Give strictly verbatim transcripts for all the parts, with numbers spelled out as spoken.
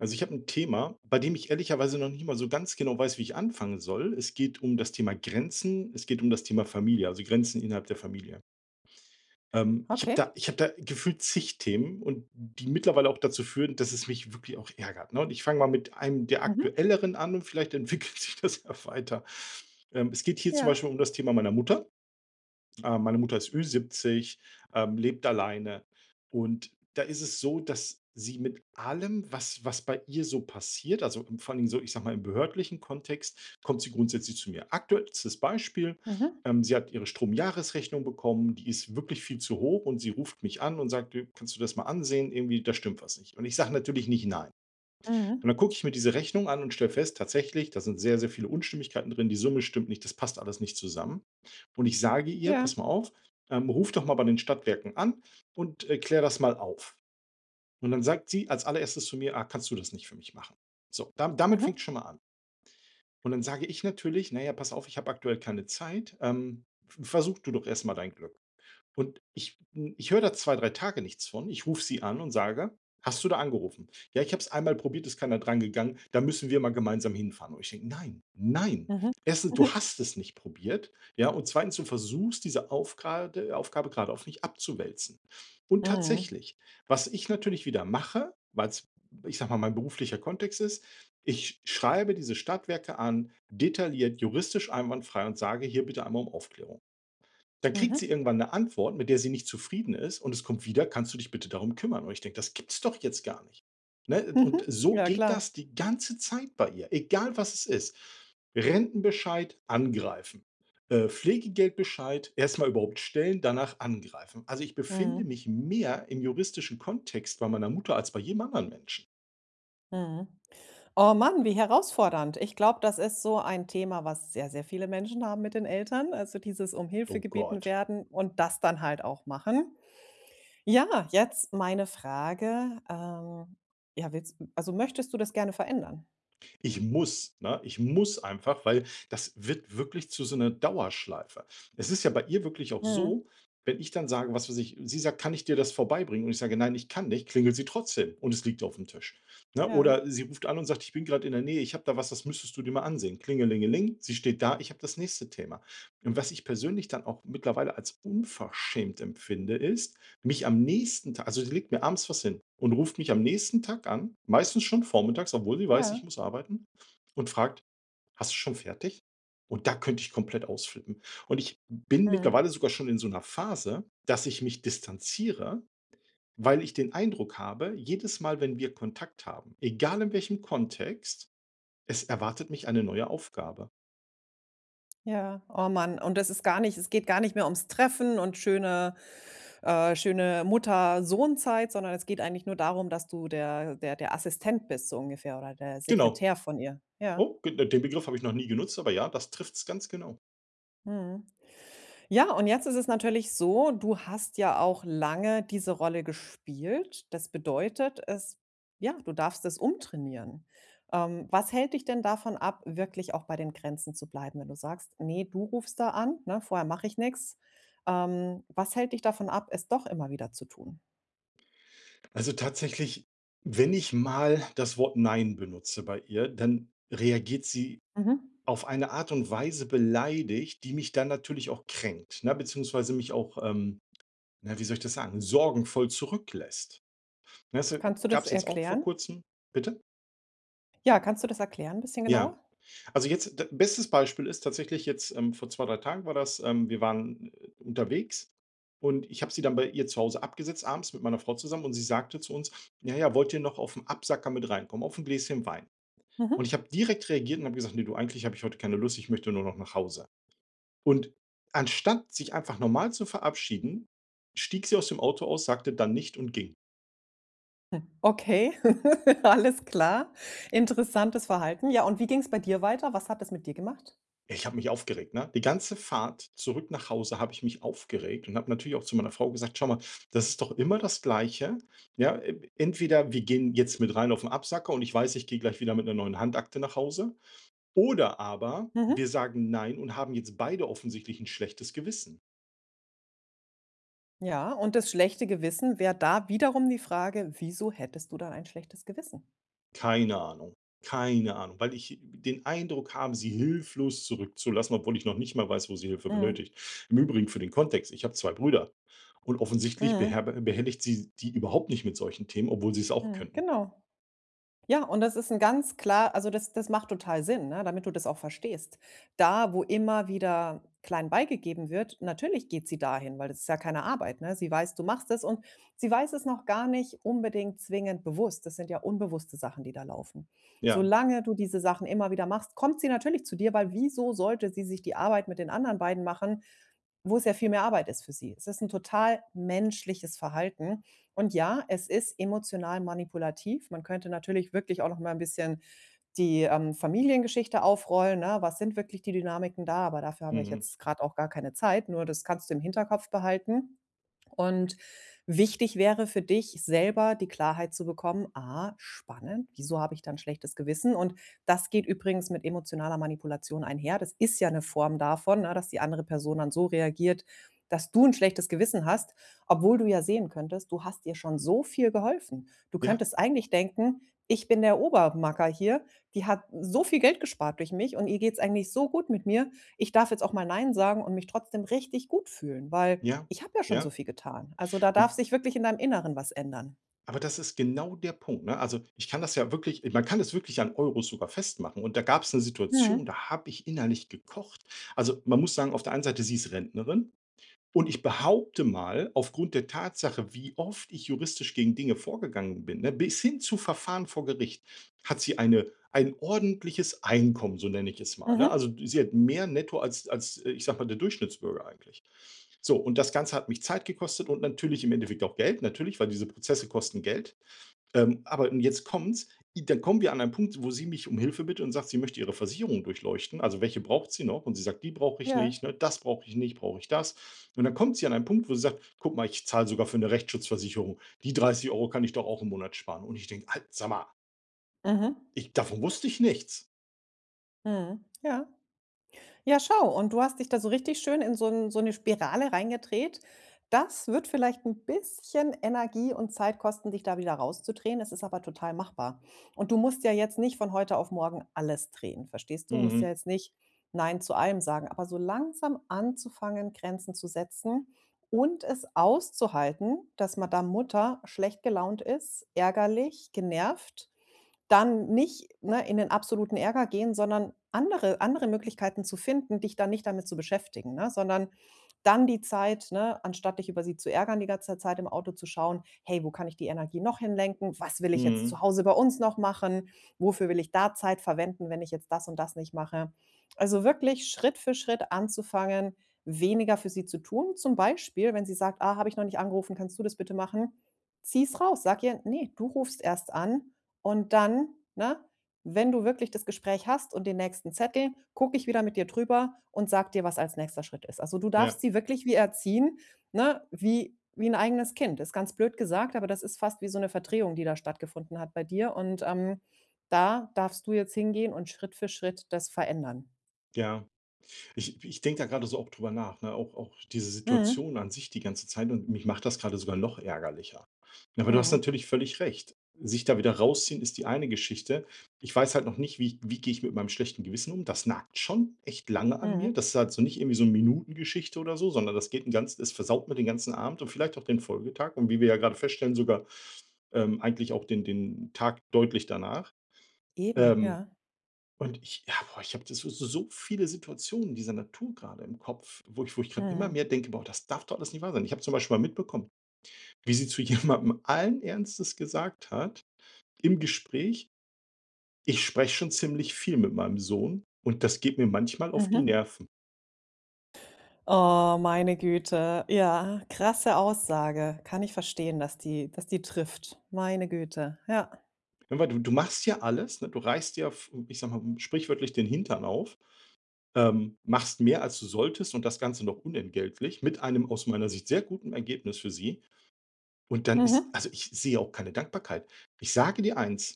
Also ich habe ein Thema, bei dem ich ehrlicherweise noch nicht mal so ganz genau weiß, wie ich anfangen soll. Es geht um das Thema Grenzen, es geht um das Thema Familie, also Grenzen innerhalb der Familie. Ähm, ich habe Okay. da ich habe da gefühlt zig Themen, und die mittlerweile auch dazu führen, dass es mich wirklich auch ärgert, ne? Und ich fange mal mit einem der Mhm. aktuelleren an, und vielleicht entwickelt sich das ja weiter. Ähm, es geht hier zum Ja. Beispiel um das Thema meiner Mutter. Äh, meine Mutter ist ü siebzig, ähm, lebt alleine. Und da ist es so, dass sie mit allem, was, was bei ihr so passiert, also im- vor allem so, ich sag mal, im behördlichen Kontext, kommt sie grundsätzlich zu mir. Aktuellstes Beispiel: Mhm. ähm, sie hat ihre Stromjahresrechnung bekommen, die ist wirklich viel zu hoch, und sie ruft mich an und sagt: „Du, kannst du das mal ansehen? Irgendwie, da stimmt was nicht.“ Und ich sage natürlich nicht nein. Und dann Mhm. gucke ich mir diese Rechnung an und stelle fest, tatsächlich, da sind sehr, sehr viele Unstimmigkeiten drin, die Summe stimmt nicht, das passt alles nicht zusammen. Und ich sage ihr: Ja. „Pass mal auf, ähm, ruf doch mal bei den Stadtwerken an und äh, klär das mal auf.“ Und dann sagt sie als allererstes zu mir: „Ah, kannst du das nicht für mich machen?“ So, da, damit fängt Mhm. schon mal an. Und dann sage ich natürlich: „Naja, pass auf, ich habe aktuell keine Zeit, ähm, versuch du doch erstmal dein Glück.“ Und ich ich höre da zwei drei Tage nichts von. Ich rufe sie an und sage: „Hast du da angerufen?“ „Ja, ich habe es einmal probiert, ist keiner dran gegangen. Da müssen wir mal gemeinsam hinfahren.“ Und ich denke: „Nein, nein. Mhm. Erstens: du hast es nicht probiert, ja, und zweitens: du versuchst, diese Aufgrade Aufgabe gerade auf mich abzuwälzen.“ Und Mhm. Mhm. tatsächlich, was ich natürlich wieder mache, weil es, ich sage mal, mein beruflicher Kontext ist, ich schreibe diese Stadtwerke an, detailliert, juristisch einwandfrei, und sage: „Hier bitte einmal um Aufklärung.“ Dann kriegt sie Mhm. irgendwann eine Antwort, mit der sie nicht zufrieden ist, und es kommt wieder: „Kannst du dich bitte darum kümmern?“ Und ich denke: „Das gibt's doch jetzt gar nicht.“ Ne? Und Mhm. so Ja, geht klar. das die ganze Zeit bei ihr, egal was es ist. Rentenbescheid angreifen, äh, Pflegegeldbescheid erst mal überhaupt stellen, danach angreifen. Also, ich befinde Mhm. mich mehr im juristischen Kontext bei meiner Mutter als bei jedem anderen Menschen. Mhm. Oh Mann, wie herausfordernd! Ich glaube, das ist so ein Thema, was sehr, sehr viele Menschen haben mit den Eltern. Also dieses um Hilfe Oh gebeten Gott. werden und das dann halt auch machen. Ja, jetzt meine Frage. Ähm, ja, willst, also möchtest du das gerne verändern? Ich muss, ne? Ich muss einfach, weil das wird wirklich zu so einer Dauerschleife. Es ist ja bei ihr wirklich auch Mhm. so, wenn ich dann sage, was weiß ich, sie sagt: „Kann ich dir das vorbeibringen?“ Und ich sage: „Nein, ich kann nicht“, klingelt sie trotzdem, und es liegt auf dem Tisch, Ja, ne? ja. Oder sie ruft an und sagt: „Ich bin gerade in der Nähe, ich habe da was, das müsstest du dir mal ansehen.“ Klingelingeling, sie steht da, ich habe das nächste Thema. Und was ich persönlich dann auch mittlerweile als unverschämt empfinde, ist, mich am nächsten Tag, also, die legt mir abends was hin und ruft mich am nächsten Tag an, meistens schon vormittags, obwohl sie weiß, ich Ja. muss arbeiten, und fragt: „Hast du schon fertig?“ Und da könnte ich komplett ausflippen. Und ich bin Mhm. mittlerweile sogar schon in so einer Phase, dass ich mich distanziere, weil ich den Eindruck habe, jedes Mal, wenn wir Kontakt haben, egal in welchem Kontext, es erwartet mich eine neue Aufgabe. Ja, oh Mann. Und das ist gar nicht, es geht gar nicht mehr ums Treffen und schöne äh, schöne Mutter-Sohn-Zeit, sondern es geht eigentlich nur darum, dass du der der der Assistent bist, so ungefähr, oder der Genau. Sekretär von ihr. Ja, Oh, den Begriff habe ich noch nie genutzt, aber ja, das trifft's ganz genau. mhm. Ja, und jetzt ist es natürlich so, du hast ja auch lange diese Rolle gespielt. Das bedeutet, es, ja, du darfst es umtrainieren. Ähm, was hält dich denn davon ab, wirklich auch bei den Grenzen zu bleiben, wenn du sagst: „Nee, du rufst da an, ne, vorher mache ich nix.“ Ähm, was hält dich davon ab, es doch immer wieder zu tun? Also tatsächlich, wenn ich mal das Wort „Nein“ benutze bei ihr, dann reagiert sie Mhm. auf eine Art und Weise beleidigt, die mich dann natürlich auch kränkt, ne, beziehungsweise mich auch, ähm, na, wie soll ich das sagen, sorgenvoll zurücklässt. Ne, das, äh, Kannst du das gab's jetzt auch vor erklären? Kurzem. Bitte? Ja, kannst du das erklären, ein bisschen Ja. genauer? Also jetzt d bestes Beispiel ist tatsächlich jetzt, ähm, vor zwei drei Tagen war das, ähm, wir waren, äh, unterwegs, und ich habe sie dann bei ihr zu Hause abgesetzt abends mit meiner Frau zusammen, und sie sagte zu uns: „Ja, ja, wollt ihr noch auf 'n Absacker mit reinkommen, auf 'n Gläschen Wein?“ Und Mhm. ich habe direkt reagiert und habe gesagt: „Ne, du, eigentlich habe ich heute keine Lust, ich möchte nur noch nach Hause.“ Und anstatt sich einfach normal zu verabschieden, stieg sie aus dem Auto aus, sagte dann nicht und ging. Hm, okay, alles klar. Interessantes Verhalten. Ja, und wie ging es bei dir weiter? Was hat das mit dir gemacht? Ich habe mich aufgeregt, ne? Die ganze Fahrt zurück nach Hause habe ich mich aufgeregt und habe natürlich auch zu meiner Frau gesagt: „Schau mal, das ist doch immer das Gleiche. Ja, e entweder wir gehen jetzt mit rein auf den Absacker, und ich weiß, ich gehe gleich wieder mit einer neuen Handakte nach Hause, oder aber wir Mhm. sagen „Nein“ und haben jetzt beide offensichtlich ein schlechtes Gewissen.“ Ja, und das schlechte Gewissen wäre da wiederum die Frage: „Wieso hättest du dann ein schlechtes Gewissen?“ Keine Ahnung. Keine Ahnung, weil ich den Eindruck habe, sie hilflos zurückzulassen, obwohl ich noch nicht mal weiß, wo sie Hilfe Mhm. benötigt. Im Übrigen für den Kontext, ich habe zwei Brüder, und offensichtlich Mhm. beherbe behelligt sie die überhaupt nicht mit solchen Themen, obwohl sie es auch Mhm. könnten. Genau. Ja, und das ist ein ganz klar, also, das das macht total Sinn, ne, damit du das auch verstehst. Da, wo immer wieder klein beigegeben wird, natürlich geht sie dahin, weil das ist ja keine Arbeit, ne? Sie weiß, du machst es, und sie weiß es noch gar nicht unbedingt zwingend bewusst. Das sind ja unbewusste Sachen, die da laufen. Ja, Solange du diese Sachen immer wieder machst, kommt sie natürlich zu dir, weil wieso sollte sie sich die Arbeit mit den anderen beiden machen, wo es ja viel mehr Arbeit ist für sie? Es ist ein total menschliches Verhalten, und ja, es ist emotional manipulativ. Man könnte natürlich wirklich auch noch mal ein bisschen die, ähm, Familiengeschichte aufrollen, ne? Was sind wirklich die Dynamiken da? Aber dafür habe ich mhm. jetzt gerade auch gar keine Zeit. Nur das kannst du im Hinterkopf behalten. Und wichtig wäre für dich selber die Klarheit zu bekommen: ah, spannend, wieso habe ich dann schlechtes Gewissen? Und das geht übrigens mit emotionaler Manipulation einher. Das ist ja eine Form davon, ne, dass die andere Person dann so reagiert, dass du ein schlechtes Gewissen hast, obwohl du ja sehen könntest, du hast ihr schon so viel geholfen. Du Ja, könntest eigentlich denken, ich bin der Obermacker hier, die hat so viel Geld gespart durch mich und ihr geht es eigentlich so gut mit mir, ich darf jetzt auch mal Nein sagen und mich trotzdem richtig gut fühlen, weil ja, ich habe ja schon so ja. viel getan. Also, da darf Und sich wirklich in deinem Inneren was ändern. aber das ist genau der Punkt, ne? Also, ich kann das ja wirklich, man kann das wirklich an Euros sogar festmachen, und da gab es eine Situation, da Mhm. habe ich innerlich gekocht. Also, man muss sagen, auf der einen Seite, sie ist Rentnerin. Und ich behaupte mal, aufgrund der Tatsache, wie oft ich juristisch gegen Dinge vorgegangen bin, ne, bis hin zu Verfahren vor Gericht, hat sie eine ein ordentliches Einkommen, so nenne ich es mal, ne? Mhm. Also, sie hat mehr netto als als, äh, ich sage mal, der Durchschnittsbürger eigentlich. So, und das Ganze hat mich Zeit gekostet und natürlich im Endeffekt auch Geld, natürlich, weil diese Prozesse kosten Geld. Ähm, aber, und jetzt kommt's, i dann kommen wir an einen Punkt, wo sie mich um Hilfe bittet und sagt, sie möchte ihre Versicherung durchleuchten. Also, welche braucht sie noch? Und sie sagt: „Die brauche ich nicht, Ja. ne, das brauche ich nicht, brauche ich das?“ Und dann kommt sie an einen Punkt, wo sie sagt: „Guck mal, ich zahle sogar für eine Rechtsschutzversicherung. Die dreißig Euro kann ich doch auch im Monat sparen.“ Und ich denke: „Al sag mal, Mhm. ich, davon wusste ich nichts.“ Mhm. Ja. Ja, schau, und du hast dich da so richtig schön in so 'n, so 'ne Spirale reingedreht. Das wird vielleicht ein bisschen Energie und Zeit kosten, dich da wieder rauszudrehen. Es ist aber total machbar. Und du musst ja jetzt nicht von heute auf morgen alles drehen, verstehst du? Musst ja Mhm, jetzt nicht „Nein“ zu allem sagen, aber so langsam anzufangen, Grenzen zu setzen und es auszuhalten, dass Madame Mutter schlecht gelaunt ist, ärgerlich, genervt, dann nicht, ne, in den absoluten Ärger gehen, sondern andere andere Möglichkeiten zu finden, dich dann nicht damit zu beschäftigen, ne? Sondern dann die Zeit, ne, anstatt dich über sie zu ärgern, die ganze Zeit im Auto zu schauen: „Hey, wo kann ich die Energie noch hinlenken? Was will ich jetzt zu mhm, Hause bei uns noch machen? Wofür will ich da Zeit verwenden, wenn ich jetzt das und das nicht mache?“ Also, wirklich Schritt für Schritt anzufangen, weniger für sie zu tun. Zum Beispiel, wenn sie sagt: „Ah, habe ich noch nicht angerufen, kannst du das bitte machen?“, zieh's raus, sag ihr: „Nee, du rufst erst an, und dann, ne, wenn du wirklich das Gespräch hast und den nächsten Zettel, gucke ich wieder mit dir drüber und sag dir, was als nächster Schritt ist.“ Also, du ja, darfst sie wirklich wie erziehen, ne, wie wie ein eigenes Kind. Ist ganz blöd gesagt, aber das ist fast wie so eine Verdrehung, die da stattgefunden hat bei dir, und, ähm, da darfst du jetzt hingehen und Schritt für Schritt das verändern. ja. Ich ich denke da gerade so auch drüber nach, ne? Auch auch diese Mhm. Situation an sich die ganze Zeit, und mich macht das gerade sogar noch ärgerlicher. Aber du hast Mhm. natürlich völlig recht. Sich da wieder rausziehen ist die eine Geschichte. Ich weiß halt noch nicht, wie wie gehe ich mit meinem schlechten Gewissen um? Das nagt schon echt lange an mir. Mhm. Das ist halt so, nicht irgendwie so eine Minutengeschichte oder so, sondern das geht 'n ganz, das versaut mir den ganzen Abend und vielleicht auch den Folgetag, und wie wir ja gerade feststellen, sogar, ähm, eigentlich auch den den Tag deutlich danach. Eben, Ähm ja. und ich, ja, boah, ich habe so so so viele Situationen dieser Natur gerade im Kopf, wo ich wo ich gerade immer Mhm. mehr denke: „Boah, das darf doch alles nicht wahr sein.“ Ich habe zum Beispiel mal mitbekommen, wie sie zu jemandem allen Ernstes gesagt hat im Gespräch: „Ich spreche schon ziemlich viel mit meinem Sohn, und das geht mir manchmal auf die Mhm. Nerven.“ Oh, meine Güte. Ja, krasse Aussage. Kann ich verstehen, dass die, dass die trifft. Meine Güte. Ja. Ja, weil du du machst ja alles, ne? Du reißt ja, ich sag mal, sprichwörtlich den Hintern auf, ähm, machst mehr, als du solltest, und das Ganze noch unentgeltlich mit einem aus meiner Sicht sehr guten Ergebnis für sie. Und dann ist, Mhm. also, ich sehe auch keine Dankbarkeit. Ich sage dir eins,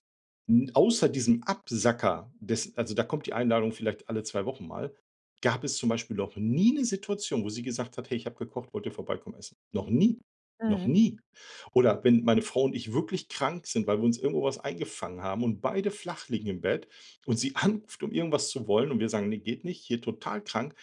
n außer diesem Absacker, des, also, da kommt die Einladung vielleicht alle zwei Wochen mal, gab es zum Beispiel noch nie eine Situation, wo sie gesagt hat: „Hey, ich habe gekocht, wollt ihr vorbeikommen essen?“ Noch nie, noch Mhm. nie. Oder wenn meine Frau und ich wirklich krank sind, weil wir uns irgendwo was eingefangen haben und beide flach liegen im Bett, und sie anruft, um irgendwas zu wollen, und wir sagen: „Ne, geht nicht, hier total krank“,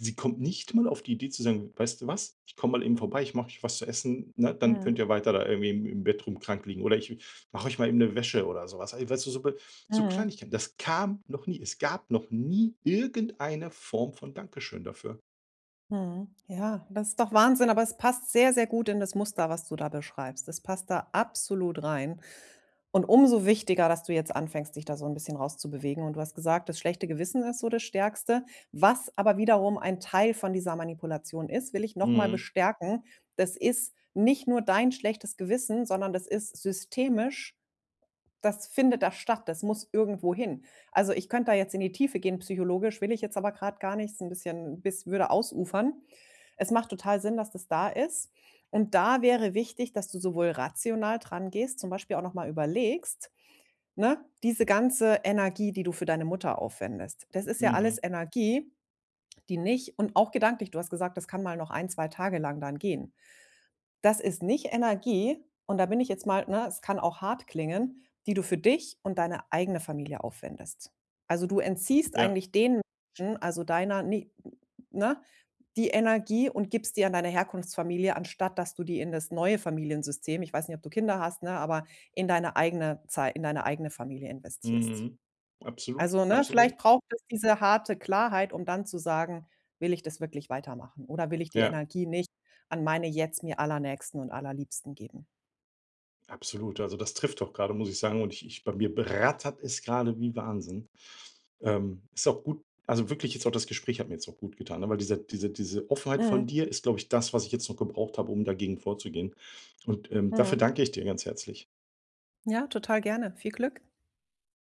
sie kommt nicht mal auf die Idee zu sagen: „Weißt du was? Ich komme mal eben vorbei, ich mache euch was zu essen, ne? Dann könnt Mhm. ihr weiter da irgendwie im im Bett rumkrank liegen, oder ich mache euch mal eben eine Wäsche“ oder sowas. Was. Weißt du, so be so Mhm. Kleinigkeiten. Das kam noch nie. Es gab noch nie irgendeine Form von Dankeschön dafür. Mhm. Ja, das ist doch Wahnsinn, aber es passt sehr, sehr gut in das Muster, was du da beschreibst. Es passt da absolut rein. Und umso wichtiger, dass du jetzt anfängst, dich da so 'n bisschen rauszubewegen. Und du hast gesagt, das schlechte Gewissen ist so das Stärkste, was aber wiederum ein Teil von dieser Manipulation ist, will ich noch mal Mhm, bestärken. Das ist nicht nur dein schlechtes Gewissen, sondern das ist systemisch, das findet da statt, das muss irgendwo hin. Also, ich könnte da jetzt in die Tiefe gehen psychologisch, will ich jetzt aber grad gar nicht, ist 'n bisschen, bis würde ausufern. Es macht total Sinn, dass das da ist. Und da wäre wichtig, dass du sowohl rational drangehst, zum Beispiel auch noch mal überlegst. Ne? Diese ganze Energie, die du für deine Mutter aufwendest, das ist ja alles mhm, Energie, die nicht, und auch gedanklich, du hast gesagt, das kann mal noch ein, zwei Tage lang dann gehen. Das ist nicht Energie, und da bin ich jetzt mal, ne, es kann auch hart klingen, die du für dich und deine eigene Familie aufwendest. Also, du entziehst ja, eigentlich den Menschen, also deiner, ne, ne, die Energie und gibst die an deine Herkunftsfamilie, anstatt dass du die in das neue Familiensystem, ich weiß nicht, ob du Kinder hast, ne, aber in deine eigene Zei, in deine eigene Familie investierst. mhm, absolut, Also, ne, absolut. vielleicht braucht es diese harte Klarheit, um dann zu sagen: „Will ich das wirklich weitermachen oder will ich die Ja, Energie nicht an meine jetzt mir Allernächsten und Allerliebsten geben?“ absolut. Also, das trifft doch gerade, muss ich sagen, und ich ich bei mir brattert es gerade wie Wahnsinn. Ähm, ist auch gut, also wirklich jetzt auch das Gespräch hat mir jetzt auch gut getan, ne, weil diese diese diese Offenheit von Mhm, dir ist, glaube ich, das, was ich jetzt noch gebraucht habe, um dagegen vorzugehen. Und, ähm, dafür mhm. danke ich dir ganz herzlich. Ja, total gerne. Viel Glück.